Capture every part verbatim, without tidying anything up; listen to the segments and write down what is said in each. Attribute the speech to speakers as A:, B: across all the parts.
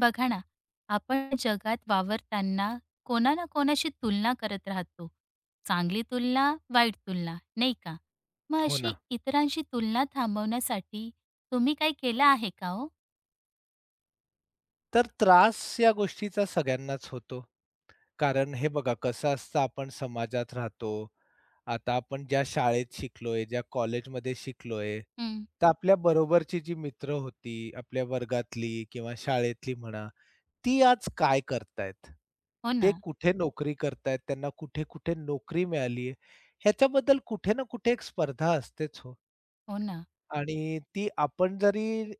A: बघा ना, आपण जगात वावरताना कोणा ना कोणाशी तुलना करत राहतो. चांगली तुलना, वाईट तुलना, नाही का? मग
B: हो
A: अशी
B: ना.
A: इतरांशी तुलना थांबवण्यासाठी तुम्ही काही केलं आहे का हो?
B: तर त्रास या गोष्टीचा सगळ्यांनाच होतो. कारण हे बघा कसं असतं, आपण समाजात राहतो. आता आपण ज्या शाळेत शिकलोय, ज्या कॉलेजमध्ये शिकलोय,
A: हं.
B: तर आपल्या बरोबरची जी मित्र होती, आपल्या वर्गातली किंवा शाळेतली म्हणा, ती आज काय करतायत?
A: हो
B: ते
A: ना,
B: कुठे नोकरी करतायत? त्यांना कुठे-कुठे नोकरी मिळाली ह्याच्याबद्दल कुठे ना कुठे एक स्पर्धा असतेच हो.
A: हो ना.
B: आणि ती आपण जरी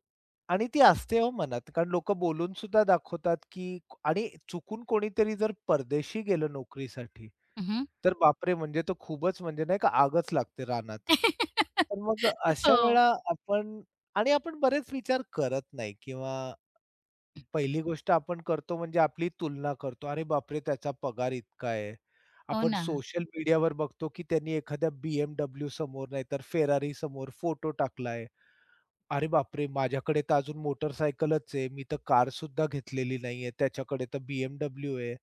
B: आणि ती असते हो मनात. कारण लोकं बोलून सुद्धा दाखवतात, की आणि चुकून कोणीतरी जर परदेशी गेलं नोकरीसाठी,
A: हं,
B: तर बापरे! म्हणजे तो खूपच म्हणजे नाही का आगच लागते रानात. तर मग अशा
A: हो.
B: वेळा आपण आणि आपण बरेच विचार करत नाही किंवा पहिली गोष्ट आपण करतो म्हणजे आपली तुलना करतो. अरे बापरे! त्याचा पगार इतका आहे.
A: हो
B: आपण
A: ना.
B: सोशल मीडियावर बघतो, की त्यांनी एखाद्या बी एम डब्ल्यू समोर नाहीतर Ferrari समोर फोटो टाकलाय. अरे बापरे! माझ्याकडे तर अजून मोटारसायकलच आहे. मी तर कारसुद्धा घेतलेली नाहीये. त्याच्याकडे तर बी एम डब्ल्यू आहे.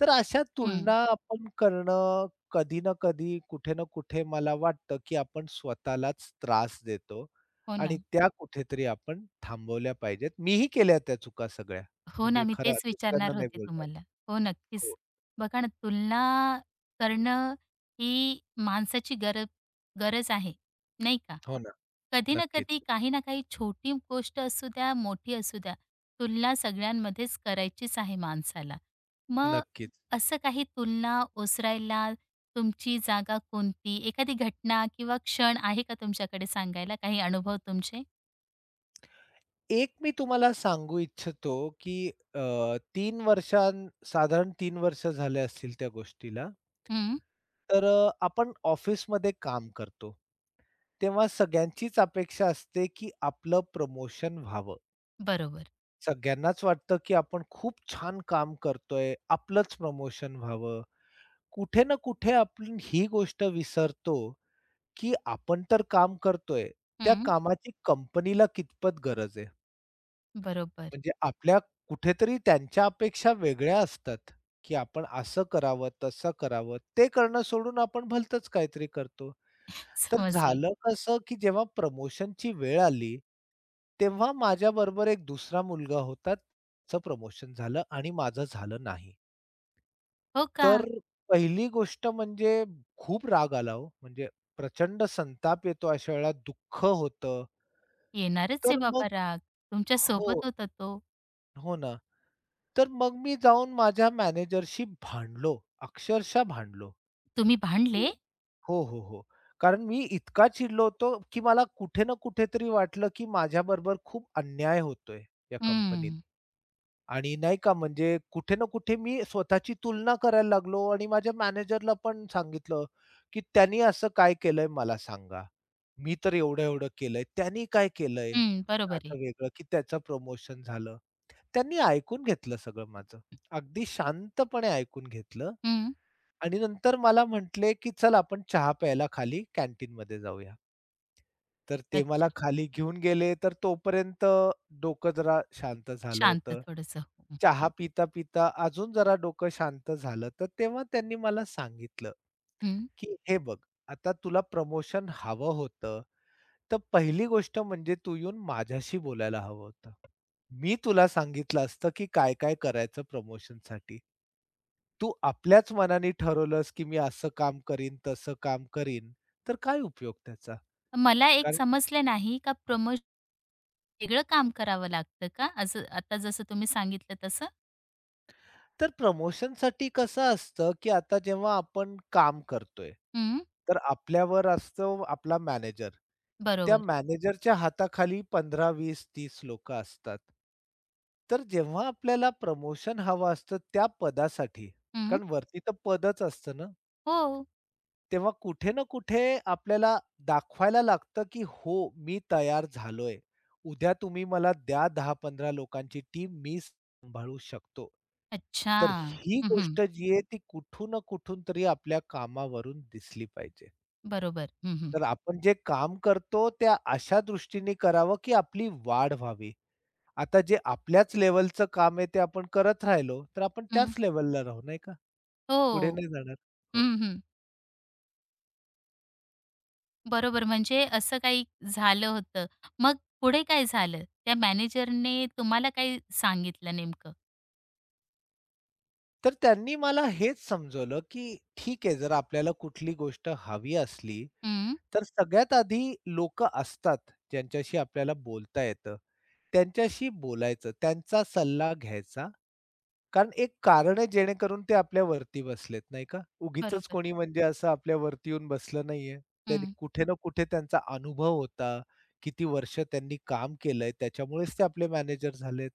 B: तर अशा
A: हं.
B: तुलना आपण करणं कधी ना कधी, कुठे ना कुठे मला वाटतं, की आपण स्वतःलाच त्रास देतो
A: हो
B: आणि
A: ना.
B: त्या कुठेतरी आपण थांबवल्या पाहिजेत. मीही केल्या त्या चुका सगळ्या.
A: हो ना,
B: म्हणजे
A: मी
B: खरं
A: तेच
B: दुसऱ्यांना
A: विचारणार
B: नाही
A: होते
B: बोलणार.
A: तुम्हाला. हो, नक्कीच.
B: हो,
A: बघा ना, तुलना करणं ही माणसाची गर गरज आहे, नाही का?
B: हो ना.
A: कधी ना
B: नक्कीच,
A: कधी, काही ना काही छोटी गोष्ट असू द्या, मोठी असू द्या, तुलना सगळ्यांमध्येच करायचीच आहे माणसाला. मग
B: नक्कीच.
A: असं काही तुलना ओसरायला तुमची जागा कोणती? एखादी घटना किंवा क्षण आहे का तुमच्याकडे सांगायला? काही अनुभव तुमचे?
B: एक मी तुम्हाला सांगू इच्छितो, की अ, 3 वर्षां साधारण तीन वर्ष झाले असतील त्या गोष्टीला.
A: हं,
B: तर अ, आपण ऑफिसमध्ये काम करतो, तेव्हा सगळ्यांचीच अपेक्षा असते, की आपलं प्रमोशन व्हावं.
A: बरोबर.
B: सगळ्यांनाच वाटतं, की आपण खूप छान काम करतोय, आपलंच प्रमोशन व्हावं. कुठे ना कुठे आपण ही गोष्ट विसरतो, की आपण तर काम करतोय, त्या
A: हं,
B: कामाची कंपनीला कितपत गरज आहे.
A: बरोबर.
B: म्हणजे आपल्या कुठेतरी त्यांच्या अपेक्षा वेगळ्या असतात, की आपण असं करावं, तसं करावं. ते करणं सोडून आपण भलतंच काहीतरी करतो. तर
A: समजले.
B: झालं कसं, की जेव्हा प्रमोशनची वेळ आली, तेव्हा माझ्याबरोबर एक दुसरा मुलगा होता. त्याचं प्रमोशन झालं आणि माझं झालं नाही.
A: हो का?
B: तर पहिली गोष्ट म्हणजे खूप राग आला हो. म्हणजे प्रचंड संताप येतो अशा वेळेला, दुःख होतं.
A: येणारच आहे
B: तर
A: बाबा
B: मग
A: राग. तुमच्या
B: हो,
A: सोबत होता तो.
B: हो ना. तर मग मी जाऊन माझ्या मॅनेजरशी भांडलो, अक्षरशः भांडलो.
A: तुम्ही भांडले?
B: हो, हो, हो. कारण मी इतका चिडलो होतो, की मला कुठे ना कुठेतरी वाटलं, की माझ्याबरोबर खूप अन्याय होतोय या कंपनीत.
A: हं,
B: आणि नाही का म्हणजे कुठे ना कुठे मी स्वतःची तुलना करायला लागलो आणि माझ्या मॅनेजरला पण सांगितलं, की "त्यांनी असं काय केलंय मला सांगा. मी तर एवढं-एवढं केलंय. त्यांनी काय केलंय
A: हं. बरोबर आहे.
B: असं वेगळं, की त्याचं प्रमोशन झालं." त्यांनी ऐकून घेतलं सगळं माझं. अगदी शांतपणे ऐकून घेतलं
A: हं.
B: आणि नंतर मला म्हटले, की "चल आपण चहा प्यायला खाली कॅन्टीनमध्ये जाऊया." तर ते मला
A: अच्छा.
B: खाली घेऊन गेले, तर तोपर्यंत डोकं जरा शांत झालं
A: शांत
B: होतं.
A: थोडंसं.
B: चहा पिता-पिता अजून जरा डोकं शांत झालं, तर तेव्हा त्यांनी मला सांगितलं,
A: हं.
B: की "हे बघ, आता तुला प्रमोशन हवं होतं, तर पहिली गोष्ट म्हणजे तू येऊन माझ्याशी बोलायला हवं होतं. मी तुला सांगितलं असतं, की काय-काय करायचं प्रमोशनसाठी. तू आपल्याच मनाने ठरवलंस, की मी असं काम करीन, तसं काम करीन, तर काय उपयोग त्याचा?
A: मला एक
B: कारण
A: समजलं नाही का प्रमोश वेगळं काम करावं लागतं का? असं आता जसं तुम्ही सांगितलं तसं?
B: तर प्रमोशनसाठी कसं असतं, की आता जेव्हा आपण काम करतोय,
A: हं.
B: तर आपल्यावर असतो आपला मॅनेजर. त्या
A: बरोबर.
B: मॅनेजरच्या हाताखाली पंधरा, वीस, तीस लोकं असतात. तर जेव्हा आपल्याला प्रमोशन हवं असतं त्या पदासाठी,
A: हं.
B: कारण वरती तर पदच असतं ना.
A: हो.
B: तेव्हा कुठे ना कुठे आपल्याला दाखवायला लागतं, की हो मी तयार झालोय. उद्या तुम्ही मला द्या दहा पंधरा लोकांची टीम मी सांभाळू शकतो.
A: अच्छा.
B: तर ही
A: हं,
B: गोष्ट जी आहे ती कुठून ना कुठून तरी आपल्या कामावरून दिसली पाहिजे.
A: बरोबर. हं, हं.
B: तर आपण जे काम करतो त्या अशा दृष्टीने करावं, की आपली वाढ व्हावी. आता जे आपल्याच लेव्हलचं काम आहे ते आपण करत राहिलो, तर आपण त्याच लेव्हलला राहू नाही का? पुढे
A: हो.
B: नाही जाणार. हो.
A: हं, बरोबर, म्हणजे असं काही झालं होतं. मग पुढे काय झालं? त्या मॅनेजरने तुम्हाला काय सांगितलं नेमकं?
B: तर त्यांनी मला हेच समजवलं, की ठीक आहे, जर आपल्याला कुठली गोष्ट हवी असली,
A: हं,
B: तर सगळ्यात आधी लोक असतात ज्यांच्याशी आपल्याला बोलता येतं. त्यांच्याशी बोलायचं, त्यांचा सल्ला घ्यायचा. कारण एक कारण आहे जेणेकरून ते आपल्यावरती बसलेत नाही का? उगीचच
A: बरोबर.
B: कोणी म्हणजे असं आपल्यावरती येऊन बसलं नाहीये. त्यांनी
A: हं,
B: कुठे ना कुठे त्यांचा अनुभव होता. किती वर्ष त्यांनी काम केलंय त्याच्यामुळेच ते आपले मॅनेजर झालेत.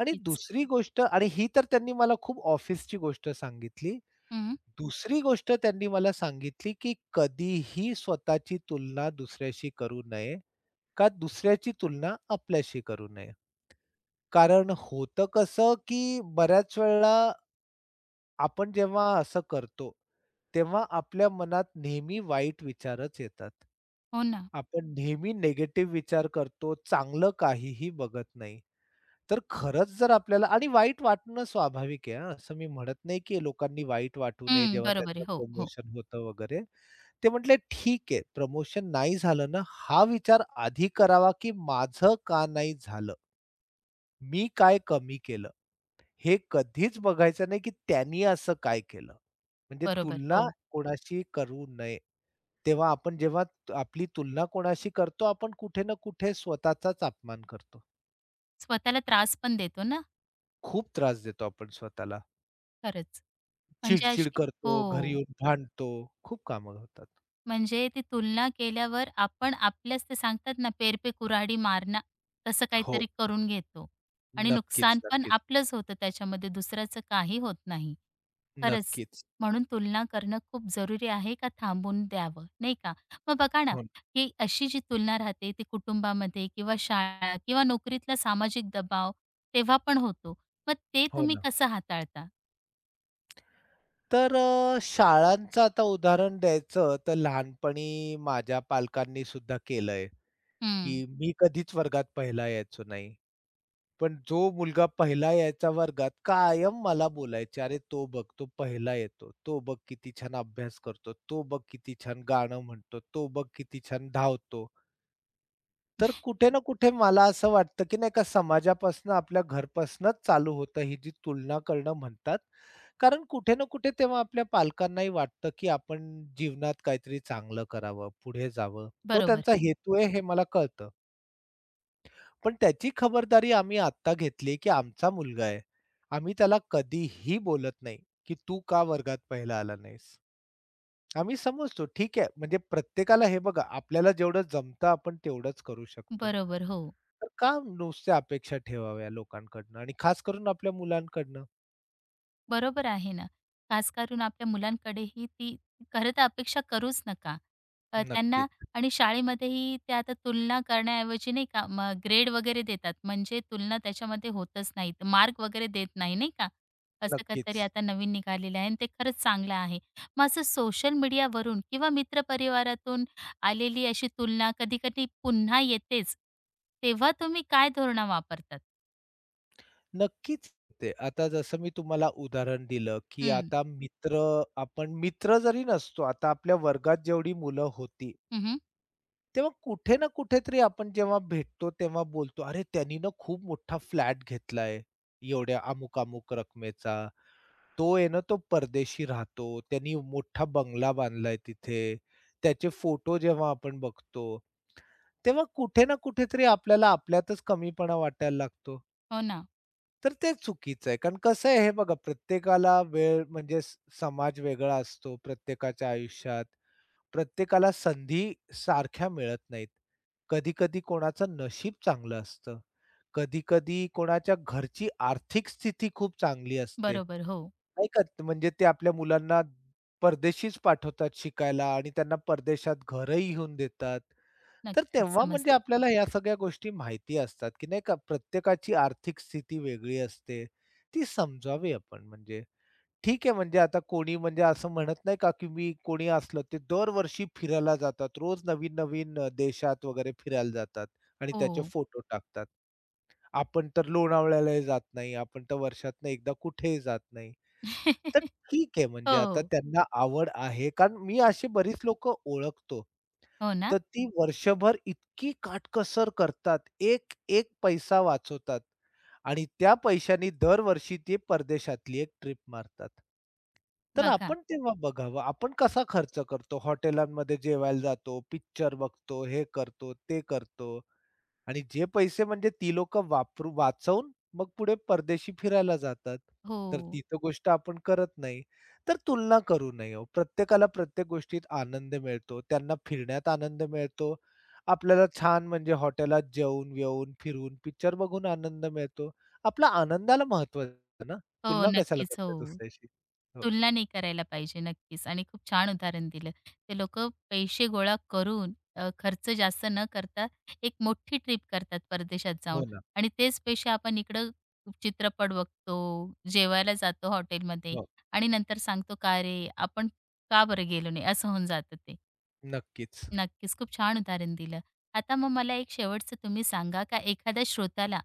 B: आणि दुसरी गोष्ट, आणि ही तर त्यांनी मला खूप ऑफिसची गोष्ट सांगितली.
A: हं,
B: दुसरी गोष्ट त्यांनी मला सांगितली, की कधीही स्वतःची तुलना दुसऱ्याशी करू नये, का दुसऱ्याची तुलना आपल्याशी करू नये. कारण होतं कसं, की बऱ्याच वेळेला आपण जेव्हा असं करतो, तेव्हा आपल्या मनात नेहमी वाईट विचारच येतात.
A: हो ना.
B: आपण नेहमी निगेटिव्ह विचार करतो, चांगलं काहीही बघत नाही. तर खरंच जर आपल्याला, आणि वाईट वाटणं स्वाभाविक आहे हां, असं मी म्हणत नाही, की लोकांनी वाईट वाटू नये
A: हं,
B: जेव्हा
A: बरोबर
B: त्यांचं
A: आहे. हो, हो.
B: प्रमोशन होतं वगैरे. ते म्हटले, "ठीक आहे, प्रमोशन नाही झालं ना, हा विचार आधी करावा, की माझं का नाही झालं? मी काय कमी केलं?" हे कधीच बघायचं नाही, की त्यांनी असं काय केलं? म्हणजे
A: बरोबर.
B: तुलना
A: हो.
B: कोणाशी करू नये. तेव्हा आपण जेव्हा तु- आपली तुलना कोणाशी करतो, आपण कुठे ना कुठे स्वतःचाच अपमान करतो.
A: स्वतःला त्रास पण देतो ना,
B: खूप त्रास देतो आपण स्वतःला.
A: खरंच. म्हणजे
B: चिड
A: अशी हो.
B: करतो, घरी येऊन भांडतो. खूप कामं होतात.
A: म्हणजे ती तुलना केल्यावर आपण आपल्याच ते सांगतात ना, "पेर पे कुऱ्हाडी मारणा" तसं
B: हो.
A: काहीतरी करून घेतो आणि
B: नक्कीच,
A: नुकसान पण
B: नक्कीच,
A: आपलंच होतं त्याच्यामध्ये, दुसऱ्याचं काही होत नाही. खरंच,
B: नक्कीच.
A: म्हणून तुलना करणं खूप जरुरी आहे का थांबून द्यावं, नाही का? मग बघा ना,
B: हो,
A: ही अशी जी तुलना राहते ती कुटुंबामध्ये किंवा शाळा किंवा नोकरीतला सामाजिक दबाव तेव्हा पण होतो. मग ते
B: हो
A: तुम्ही
B: ना.
A: कसं हाताळता?
B: तर अ, शाळांचं आता उदाहरण द्यायचं तर लहानपणी माझ्या पालकांनी सुद्धा केलंय,
A: हं,
B: की मी कधीच वर्गात पहिला यायचो नाही. पण जो मुलगा पहिला यायचा वर्गात कायम मला बोलायचे, "अरे तो बघ, तो पहिला येतो. तो बघ किती छान अभ्यास करतो. तो बघ किती छान गाणं म्हणतो. तो बघ किती छान धावतो." तर कुठे ना कुठे मला असं वाटतं, की नाही का समाजापासनं, आपल्या घरपासनंच चालू होतं ही जी तुलना करणं म्हणतात. कारण कुठे ना कुठे तेव्हा आपल्या पालकांनाही वाटतं, की आपण जीवनात काहीतरी चांगलं करावं, पुढे जावं. तो
A: बरोबर.
B: त्यांचा
A: हो,
B: हेतू आहे हे मला कळतं. पण त्याची खबरदारी आम्ही आत्ता घेतली, की आमचा मुलगा आहे. आम्ही त्याला कधीही बोलत नाही, की "तू का वर्गात पहिला आला नाहीस?" आम्ही समजतो, ठीक आहे. म्हणजे प्रत्येकाला हे बघा, आपल्याला जेवढं जमतं आपण तेवढंच करू शकतो.
A: बरोबर. हो.
B: तर का नुसत्या अपेक्षा ठेवाव्या लोकांकडनं आणि खास करून आपल्या मुलांकडनं?
A: बरोबर आहे ना. खास करून आपल्या मुलांकडेही ती खरं तर अपेक्षा करूच नका. अ, त्यांना
B: नक्कीच,
A: आणि शाळेमध्येही ते आता तुलना करण्याऐवजी नाही का मग ग्रेड वगैरे देतात. म्हणजे तुलना त्याच्यामध्ये होतच नाही. मार्क वगैरे देत नाही, नाही का? असं काहीतरी
B: नक्कीच,
A: आता नवीन निघालेलं आहे आणि ते खरंच चांगलं आहे. मग असं सोशल मीडियावरून किंवा मित्रपरिवारातून आलेली अशी तुलना कधी-कधी पुन्हा येतेच. तेव्हा तुम्ही काय धोरणं वापरतात?
B: नक्कीच. ते आता जसं मी तुम्हाला उदाहरण दिलं, की
A: हं.
B: आता मित्र आपण मित्र जरी नसतो, आता आपल्या वर्गात जेवढी मुलं होती,
A: हं, हं.
B: तेव्हा कुठे ना कुठेतरी आपण जेव्हा भेटतो तेव्हा बोलतो, "अरे त्यांनी ना खूप मोठा फ्लॅट घेतलाय, एवढ्या अमुक-अमुक रकमेचा. तो आहे ना तो परदेशी राहतो, त्यांनी मोठा बंगला बांधलाय तिथे." त्याचे फोटो जेव्हा आपण बघतो, तेव्हा कुठे ना कुठेतरी आपल्याला आपल्यातच कमीपणा वाटायला लागतो.
A: हो ना.
B: तर ते चुकीचं आहे. कारण कसं आहे हे बघा, प्रत्येकाला वेळ म्हणजे स समाज वेगळा असतो प्रत्येकाच्या आयुष्यात. प्रत्येकाला संधी सारख्या मिळत नाहीत. कधी-कधी कोणाचं नशीब चांगलं असतं. कधी-कधी कोणाच्या घरची आर्थिक स्थिती खूप चांगली असते.
A: बरोबर. हो.
B: नाही का? त- म्हणजे ते आपल्या मुलांना परदेशीच पाठवतात शिकायला आणि त्यांना परदेशात घरही घेऊन देतात. तर
A: नक्कीच
B: तेव्हा म्हणजे
A: समजते.
B: आपल्याला या सगळ्या गोष्टी माहिती असतात, की नाही का प्रत्येकाची आर्थिक स्थिती वेगळी असते. ती समजावी आपण म्हणजे. ठीक आहे, म्हणजे आता कोणी म्हणजे असं म्हणत नाही का, की मी कोणी असलं ते दरवर्षी फिरायला जातात. रोज नवीन-नवीन अ, देशात वगैरे फिरायला जातात आणि त्याचे
A: हो.
B: फोटो टाकतात. आपण तर लोणावळ्यालाही जात नाही. आपण तर वर्षातनं एकदा कुठेही जात नाही. तर ठीक आहे, म्हणजे आता
A: हो,
B: त्यांना आवड आहे. कारण मी अशी बरीच लोक ओळखतो.
A: हो ना.
B: तर ती वर्षभर इतकी काटकसर करतात. एक, एक पैसा वाचवतात आणि त्या पैशानी दरवर्षी ते परदेशातली एक ट्रिप मारतात. तर
A: बघा.
B: आपण तेव्हा बघावं, आपण कसा खर्च करतो? हॉटेलांमध्ये जेवायला जातो, पिक्चर बघतो, हे करतो, ते करतो. आणि जे पैसे म्हणजे ती लोकं वापरू वाचवून मग पुढे परदेशी फिरायला जातात. तर
A: हो,
B: ती तर गोष्ट आपण करत नाही. तर तुलना करू नये हो. प्रत्येकाला प्रत्येक गोष्टीत आनंद मिळतो. त्यांना फिरण्यात आनंद मिळतो. आपल्याला छान म्हणजे हॉटेलात जेवून-बिवून, फिरून, पिक्चर बघून आनंद मिळतो. आपल्या आनंदाला महत्त्व असतं ना.
A: हो,
B: तुलना कशाला
A: नक्कीच.
B: करताय
A: हो.
B: दुसऱ्याशी? हो.
A: तुलना नाही करायला पाहिजे. नक्कीच आणि खूप छान उदाहरण दिलं. ते लोक पैसे गोळा करून अ, खर्च जास्त न करता एक मोठी ट्रिप करतात परदेशात जाऊन
B: हो ना.
A: आणि तेच पैसे आपण इकडं चित्रपट बघतो, जेवायला जातो हॉटेलमध्ये
B: हो.
A: आणि नंतर सांगतो, "का रे, आपण का बरं गेलो नाही?" असं होऊन जातं ते.
B: नक्कीच.
A: नक्कीच. खूप छान उदाहरण दिलं. आता मग मला एक शेवटचं तुम्ही सांगा का एखाद्या श्रोत्याला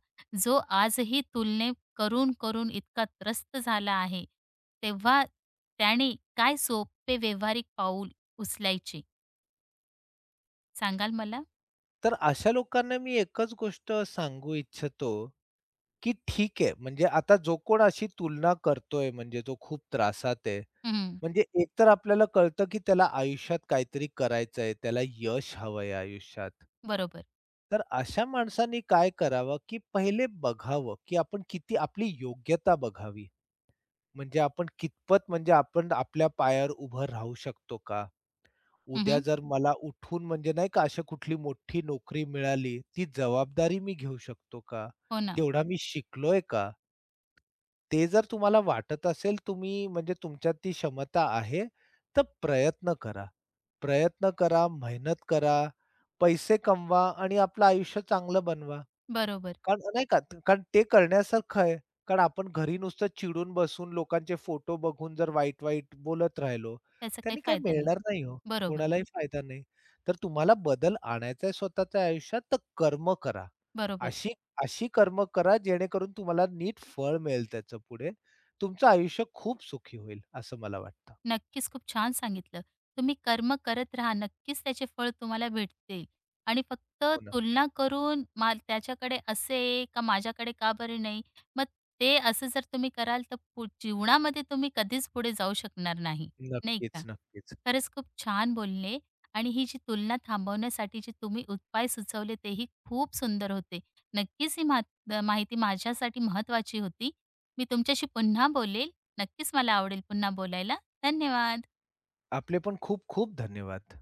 A: जो आजही तुलने करून-करून इतका त्रस्त झाला आहे, तेव्हा त्याने काय सोपे व्यावहारिक पाऊल उचलायचे सांगाल मला?
B: तर अशा लोकांना मी एकच गोष्ट सांगू इच्छितो, की ठीक आहे. म्हणजे आता जो कोण अशी तुलना करतोय म्हणजे जो खूप त्रासात आहे.
A: हं,
B: म्हणजे एकतर आपल्याला कळतं, की त्याला आयुष्यात काहीतरी करायचंय, त्याला यश हवंय आयुष्यात.
A: बरोबर.
B: तर अशा माणसांनी काय करावं, की पहिले बघावं, की आपण किती आपली योग्यता बघावी. म्हणजे आपण कितपत म्हणजे आपण आपल्या पायावर उभं राहू शकतो का? उद्या
A: हं,
B: जर मला उठून म्हणजे नाही का अशी कुठली मोठी नोकरी मिळाली, ती जबाबदारी मी घेऊ शकतो का?
A: हो ना.
B: तेवढा मी शिकलोय का? ते जर तुम्हाला वाटत असेल तुम्ही म्हणजे तुमच्यात ती क्षमता आहे, तर प्रयत्न करा. प्रयत्न करा, मेहनत करा, पैसे कमवा आणि आपलं आयुष्य चांगलं बनवा.
A: बरोबर.
B: कारण नाही का, कारण ते करण्यासारखं आहे. कारण आपण घरी नुसतं चिडून बसून लोकांचे फोटो बघून जर वाईट-वाईट बोलत राहिलो,
A: त्याचा काही
B: त्यांनी काही
A: फायदा नाही.
B: मिळणार नाही हो.
A: बरोबर,
B: कोणालाही फायदा नाही. तर तुम्हाला बदल आणायचा आहे स्वतःच्या आयुष्यात, तर कर्म करा.
A: बरोबर.
B: अशी अशी कर्म करा जेणेकरून तुम्हाला नीट फळ मिळेल त्याचं पुढे. तुमचं आयुष्य खूप सुखी होईल असं मला वाटतं.
A: नक्कीच, खूप छान सांगितलं. तुम्ही कर्म करत राहा, नक्कीच त्याचे फळ तुम्हाला भेटतील आणि फक्त
B: हो ना.
A: तुलना करून मा त्याच्याकडे असे आहे, का माझ्याकडे का बरे नाही? मग ते असं जर तुम्ही कराल, तर पु जीवनामध्ये तुम्ही कधीच पुढे जाऊ शकणार नाही, नाही
B: नक्कीच,
A: का?
B: नक्कीच.
A: खरंच खूप छान बोलले आणि ही जी तुलना थांबवण्यासाठी जे तुम्ही उपाय सुचवले, तेही खूप सुंदर होते. नक्कीच ही मात माहिती माझ्यासाठी महत्त्वाची होती. मी तुमच्याशी पुन्हा बोलेल. नक्कीच मला आवडेल पुन्हा बोलायला. धन्यवाद.
B: आपले पण खूप खूप धन्यवाद.